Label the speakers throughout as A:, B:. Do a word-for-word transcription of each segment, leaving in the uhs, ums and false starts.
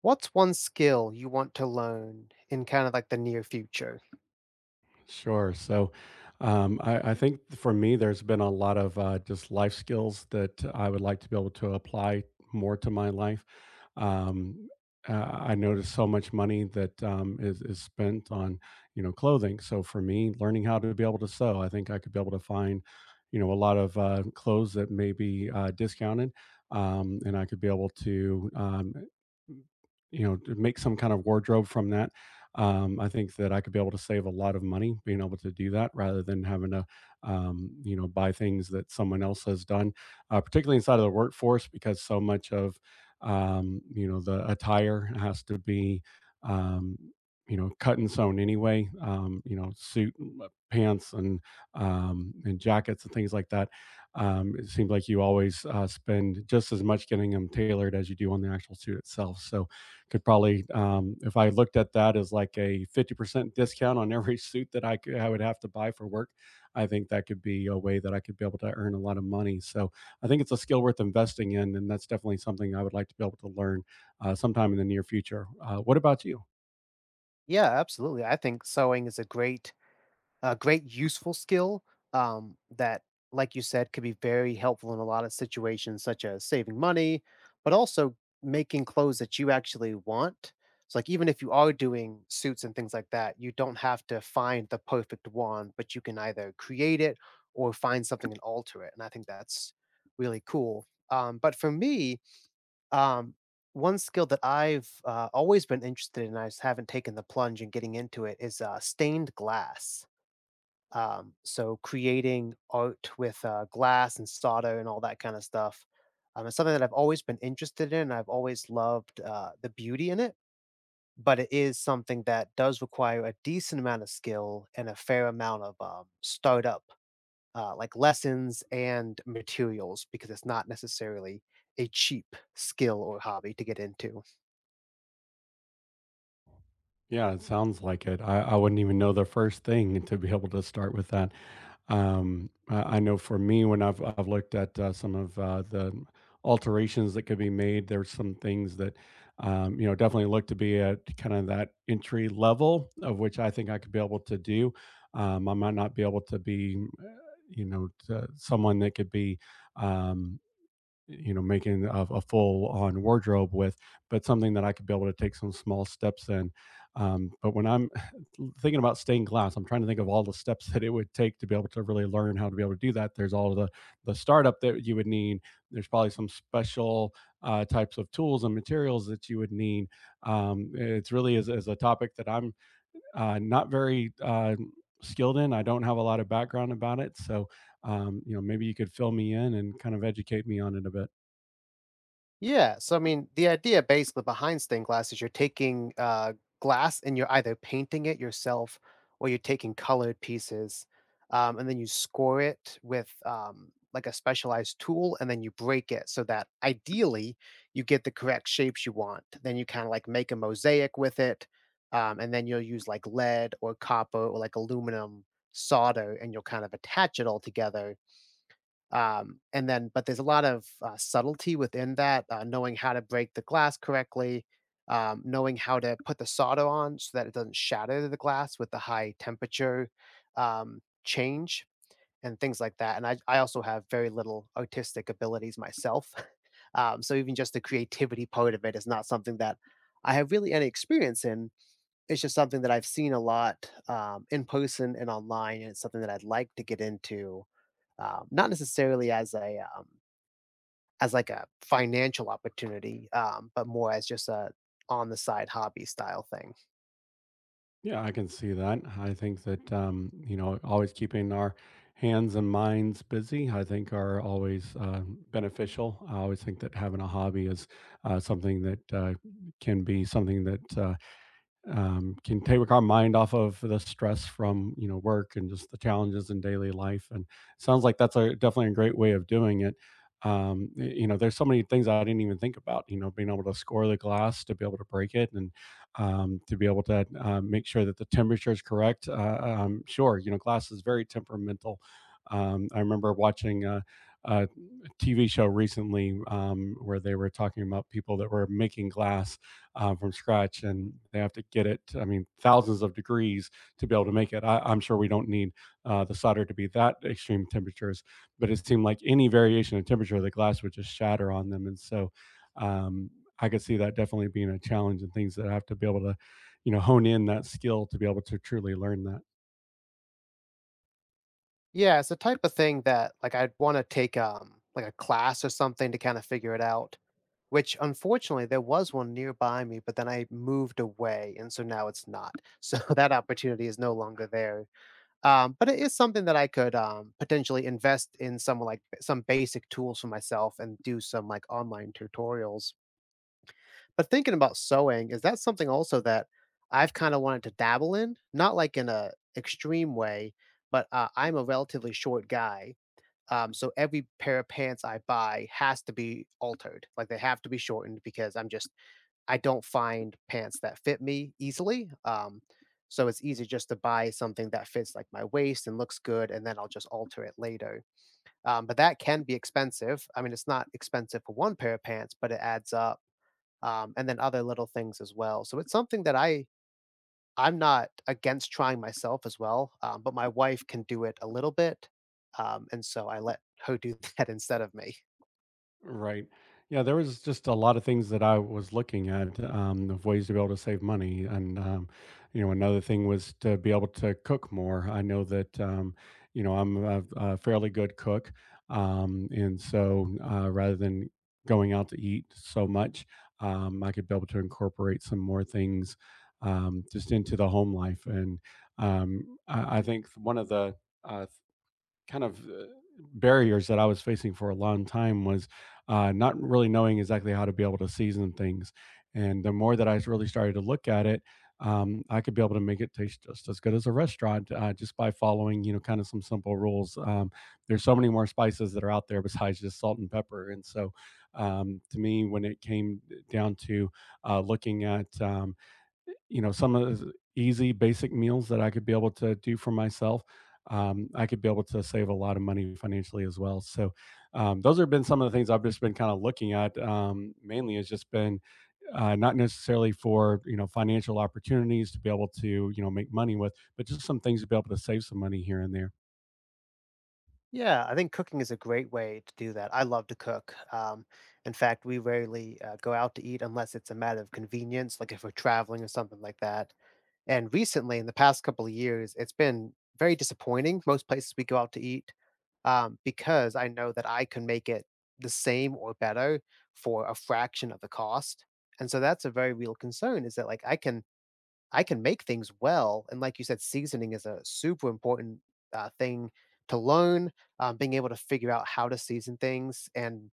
A: What's one skill you want to learn in kind of like the near future?
B: Sure. So, um, I, I think for me, there's been a lot of uh, just life skills that I would like to be able to apply more to my life. Um, uh, I notice so much money that um, is, is spent on, you know, clothing. So for me, learning how to be able to sew, I think I could be able to find, you know, a lot of uh, clothes that may be uh, discounted, um, and I could be able to um, you know to make some kind of wardrobe from that. um, I think that I could be able to save a lot of money being able to do that rather than having to, um, you know, buy things that someone else has done, uh, particularly inside of the workforce, because so much of, um, you know, the attire has to be, um, you know, cut and sewn anyway. Um, you know, suit, uh, pants, and um, and jackets and things like that. Um, it seems like you always uh, spend just as much getting them tailored as you do on the actual suit itself. So could probably um, if I looked at that as like a fifty percent discount on every suit that i could i would have to buy for work. I think that could be a way that I could be able to earn a lot of money. So I think it's a skill worth investing in, and that's definitely something I would like to be able to learn uh, sometime in the near future. Uh, what about you?
A: Yeah, absolutely. I think sewing is a great, a great useful skill um, that, like you said, could be very helpful in a lot of situations, such as saving money, but also making clothes that you actually want. So, like, even if you are doing suits and things like that, you don't have to find the perfect one, but you can either create it or find something and alter it. And I think that's really cool. Um, but for me, Um, one skill that I've, uh, always been interested in, I just haven't taken the plunge in getting into it, is, uh, stained glass. Um, so creating art with, uh, glass and solder and all that kinda stuff. Um, it's something that I've always been interested in, I've always loved, uh, the beauty in it, but it is something that does require a decent amount of skill and a fair amount of, um, startup, uh, like, lessons and materials because it's not necessarily a cheap skill or hobby to get into.
B: Yeah, it sounds like it. I, I wouldn't even know the first thing to be able to start with that. Um, I I know for me, when I've I've looked at uh, some of uh, the alterations that could be made, there's some things that um, you know definitely look to be at kind of that entry level, of which I think I could be able to do. Um, I might not be able to be, uh, you know, to someone that could be. um, you know, making a, a full on wardrobe with, but something that I could be able to take some small steps in. Um, but when I'm thinking about stained glass, I'm trying to think of all the steps that it would take to be able to really learn how to be able to do that. There's all the the startup that you would need. There's probably some special uh, types of tools and materials that you would need. Um, it's really is, is a topic that I'm uh, not very uh, skilled in. I don't have a lot of background about it. So um, you know maybe you could fill me in and kind of educate me on it a bit.
A: Yeah. So, I mean, the idea basically behind stained glass is you're taking uh, glass and you're either painting it yourself or you're taking colored pieces um, and then you score it with um, like a specialized tool and then you break it so that ideally you get the correct shapes you want. Then you kind of like make a mosaic with it um, and then you'll use like lead or copper or like aluminum solder and you'll kind of attach it all together um, and then, but there's a lot of uh, subtlety within that, uh, knowing how to break the glass correctly, um, knowing how to put the solder on so that it doesn't shatter the glass with the high temperature um, change and things like that. And I, I also have very little artistic abilities myself. Um, so even just the creativity part of it is not something that I have really any experience in, it's just something that I've seen a lot, um, in person and online, and it's something that I'd like to get into, um, not necessarily as a, um, as like a financial opportunity, um, but more as just a on the side hobby style thing.
B: Yeah, I can see that. I think that um, you know, always keeping our hands and minds busy, I think, are always uh, beneficial. I always think that having a hobby is uh, something that uh, can be something that uh, um, can take our mind off of the stress from you know work and just the challenges in daily life, and it sounds like that's a definitely a great way of doing it. um, y- you know there's so many things I didn't even think about, you know, being able to score the glass to be able to break it, and um, to be able to uh, make sure that the temperature is correct. Uh, um, sure, you know glass is very temperamental. um, I remember watching uh, a TV show recently um, where they were talking about people that were making glass um, from scratch, and they have to get it. I mean, thousands of degrees to be able to make it. I, I'm sure we don't need uh, the solder to be that extreme temperatures, but it seemed like any variation in temperature, the glass would just shatter on them, and so. Um, I could see that definitely being a challenge and things that I have to be able to, you know, hone in that skill to be able to truly learn that.
A: Yeah, it's the type of thing that like I'd want to take um like a class or something to kind of figure it out. Which unfortunately there was one nearby me, but then I moved away, and so now it's not. So that opportunity is no longer there. Um, but it is something that I could, um, potentially invest in some, like, some basic tools for myself and do some, like, online tutorials. But thinking about sewing, is that something also that I've kinda wanted to dabble in? Not, like, in a extreme way, but, uh, I'm a relatively short guy, um, so every pair of pants I buy has to be altered, like, they have to be shortened because I'm just I don't find pants that fit me easily, um, so it's easy just to buy something that fits, like, my waist and looks good, and then I'll just alter it later, um, but that can be expensive. I mean, it's not expensive for one pair of pants, but it adds up, um, and then other little things as well, so it's something that I, I'm not against trying myself as well, um, but my wife can do it a little bit, um, and so I let her do that instead of me.
B: Right. Yeah, there was just a lot of things that I was looking at um, of ways to be able to save money, and um, you know, another thing was to be able to cook more. I know that um, you know I'm a, a fairly good cook, um, and so uh, rather than going out to eat so much, um, I could be able to incorporate some more things um, just into the home life, and um, I, I think one of the uh, kind of uh, barriers that I was facing for a long time was uh, not really knowing exactly how to be able to season things. And the more that I really started to look at it, um, I could be able to make it taste just as good as a restaurant, uh, just by following, you know, kind of some simple rules. Um, there's so many more spices that are out there besides just salt and pepper. And so, um, to me, when it came down to uh, looking at um, you know some of the easy basic meals that I could be able to do for myself, um, I could be able to save a lot of money financially as well. So um, those have been some of the things I've just been kind of looking at. Um, mainly has just been uh, not necessarily for you know financial opportunities to be able to you know make money with, but just some things to be able to save some money here and there.
A: Yeah, I think cooking is a great way to do that. I love to cook. Um, in fact, we rarely uh, go out to eat unless it's a matter of convenience, like if we're traveling or something like that. And recently, in the past couple of years, it's been very disappointing. Most places we go out to eat um, because I know that I can make it the same or better for a fraction of the cost. And so that's a very real concern is that like I can I can make things well, and like you said, seasoning is a super important, uh, thing to learn, um, being able to figure out how to season things and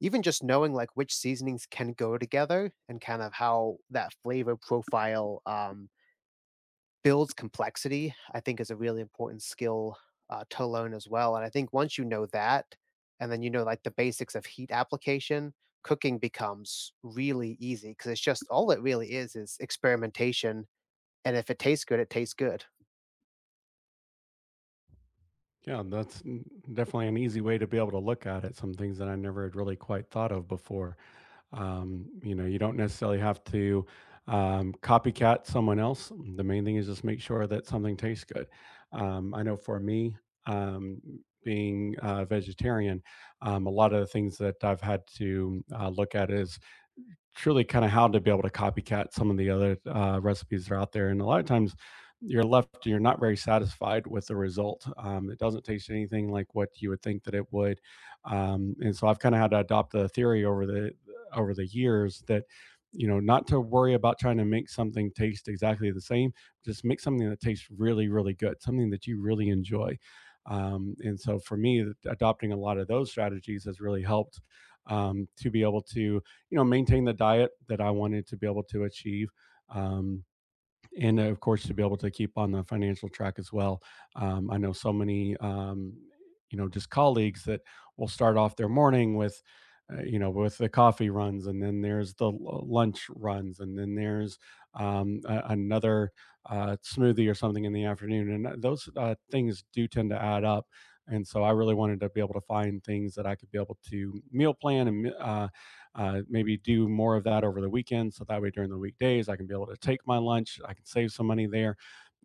A: even just knowing, like, which seasonings can go together and kind of how that flavor profile, um, builds complexity, I think is a really important skill, uh, to learn as well, and I think once you know that, and then you know, like, the basics of heat application, cooking becomes really easy because it's just all it really is is experimentation and if it tastes good, it tastes good.
B: Yeah, that's mm, definitely an easy way to be able to look at it. Some things that I never had really quite thought of before. Um, you know, you don't necessarily have to um, copycat someone else. The main thing is just make sure that something tastes good. Um, I know for me, um, being a vegetarian, um, a lot of the things that I've had to uh, look at is truly kind of how to be able to copycat some of the other uh, recipes that are out there. And a lot of times you're left, you're not very satisfied with the result. Um, it doesn't taste anything like what you would think that it would. Um, and so I've kind of had to adopt the theory over the, over the years that, you know, not to worry about trying to make something taste exactly the same, just make something that tastes really, really good, something that you really enjoy. Um, and so for me, adopting a lot of those strategies has really helped um, to be able to you know maintain the diet that I wanted to be able to achieve. Um, and uh, of course, to be able to keep on the financial track as well. Um, I know so many, um, you know, just colleagues that will start off their morning with, uh, you know, with the coffee runs, and then there's the lunch runs, and then there's um, a- another uh, smoothie or something in the afternoon. And uh, those uh, things do tend to add up. And so I really wanted to be able to find things that I could be able to meal plan, and uh, uh, maybe do more of that over the weekend. So that way during the weekdays, I can be able to take my lunch, I can save some money there,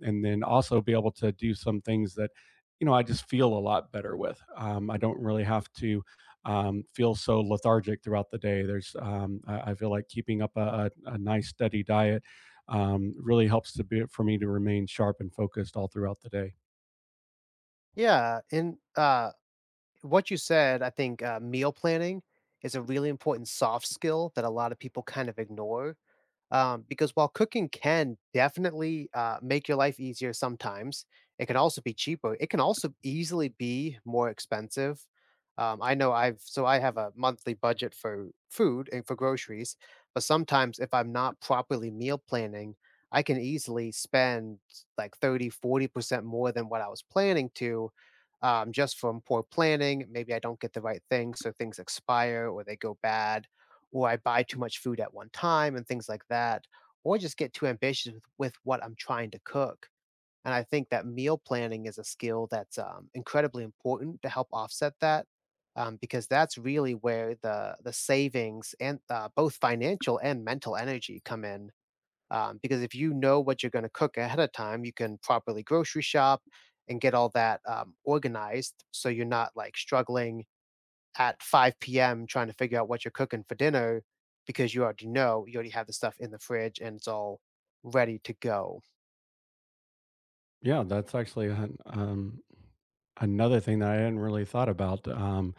B: and then also be able to do some things that, you know, I just feel a lot better with. Um, I don't really have to um, feel so lethargic throughout the day. There's, um, I, I feel like keeping up a, a, a nice steady diet um, really helps to be for me to remain sharp and focused all throughout the day.
A: Yeah, and, uh, what you said, I think, uh, meal planning is a really important soft skill that a lot of people kind of ignore. Um, because while cooking can definitely uh, make your life easier sometimes, it can also be cheaper. It can also easily be more expensive. Um, I know I've so I have a monthly budget for food and for groceries, but sometimes if I'm not properly meal planning, I can easily spend like thirty, forty percent more than what I was planning to, um, just from poor planning. Maybe I don't get the right thing, so things expire or they go bad or I buy too much food at one time and things like that, or just get too ambitious with, with what I'm trying to cook. And I think that meal planning is a skill that's um, incredibly important to help offset that, um, because that's really where the the savings and uh, both financial and mental energy come in. Um, because if you know what you're going to cook ahead of time, you can properly grocery shop and get all that um, organized, so you're not like struggling at five p m trying to figure out what you're cooking for dinner because you already know you already have the stuff in the fridge and it's all ready to go.
B: Yeah, that's actually an, um, another thing that I hadn't really thought about. Um,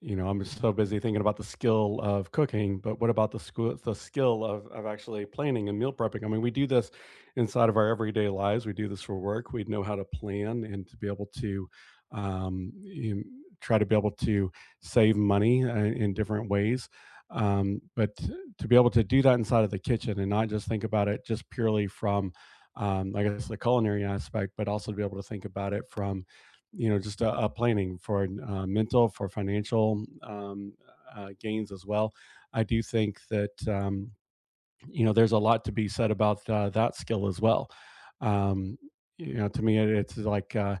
B: You know, I'm so busy thinking about the skill of cooking, but what about the school, the skill of, of actually planning and meal prepping? I mean, we do this inside of our everyday lives. We do this for work. We know how to plan and to be able to um, you know, try to be able to save money uh, in different ways. Um, but to be able to do that inside of the kitchen and not just think about it just purely from um, I guess the culinary aspect, but also to be able to think about it from, you know, just a, a planning for uh, mental, for financial um, uh, gains as well. I do think that, um, you know, there's a lot to be said about uh, that skill as well. Um, you know, to me, it's like, uh,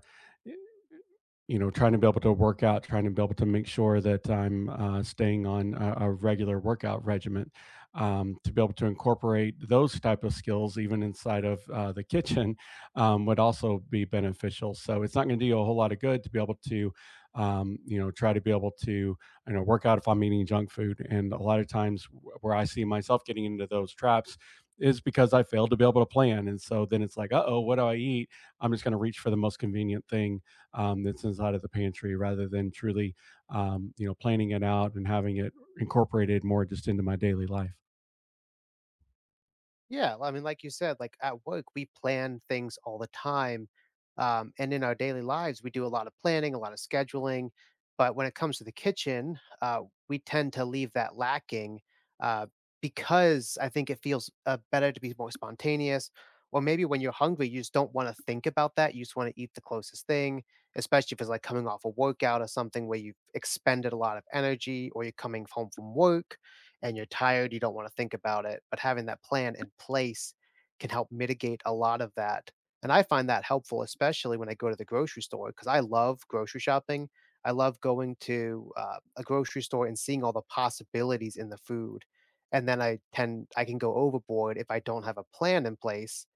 B: you know, trying to be able to work out, trying to be able to make sure that I'm uh, staying on a, a regular workout regimen, um, to be able to incorporate those type of skills even inside of uh, the kitchen. Um, would also be beneficial. So it's not going to do you a whole lot of good to be able to, um, you know, try to be able to, you know, work out if I'm eating junk food. And a lot of times where I see myself getting into those traps is because I failed to be able to plan. And so then it's like, uh oh, what do I eat? I'm just going to reach for the most convenient thing um, that's inside of the pantry rather than truly, um, you know, planning it out and having it incorporated more just into my daily life.
A: Yeah, well, I mean, like you said, like at work, we plan things all the time. Um, and in our daily lives, we do a lot of planning, a lot of scheduling. But when it comes to the kitchen, uh, we tend to leave that lacking, uh, because I think it feels uh, better to be more spontaneous. Or maybe when you're hungry, you just don't want to think about that. You just want to eat the closest thing, especially if it's like coming off a workout or something where you've expended a lot of energy or you're coming home from work and you're tired, you don't wanna think about it, but having that plan in place can help mitigate a lot of that, and I find that helpful, especially when I go to the grocery store because I love grocery shopping. I love going to, uh, a grocery store and seeing all the possibilities in the food, and then I tend I can go overboard if I don't have a plan in place,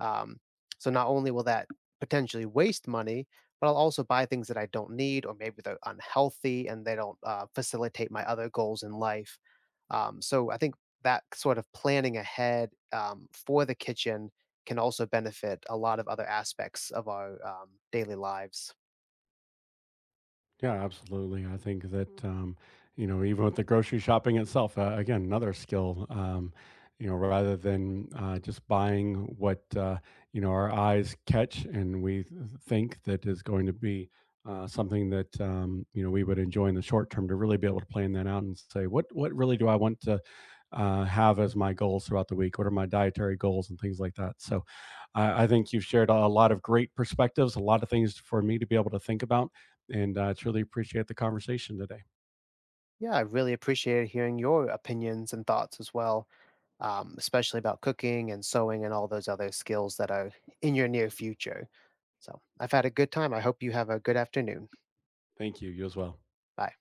A: um, so not only will that potentially waste money, but I'll also buy things that I don't need, or maybe they're unhealthy and they don't uh, facilitate my other goals in life. Um, so I think that sort of planning ahead, um, for the kitchen can also benefit a lot of other aspects of our um, daily lives.
B: Yeah, absolutely. I think that um, you know, even with the grocery shopping itself, uh, again, another skill. Um, you know, rather than uh, just buying what uh, you know our eyes catch and we th- think that is going to be uh, something that um, you know we would enjoy in the short term, to really be able to plan that out and say, what what really do I want to uh, have as my goals throughout the week? What are my dietary goals and things like that? So, I, I think you've shared a lot of great perspectives, a lot of things for me to be able to think about, and I uh, truly appreciate the conversation today.
A: Yeah, I really appreciated hearing your opinions and thoughts as well, um, especially about cooking and sewing and all those other skills that are in your near future. So I've had a good time. I hope you have a good afternoon.
B: Thank you. You as well.
A: Bye.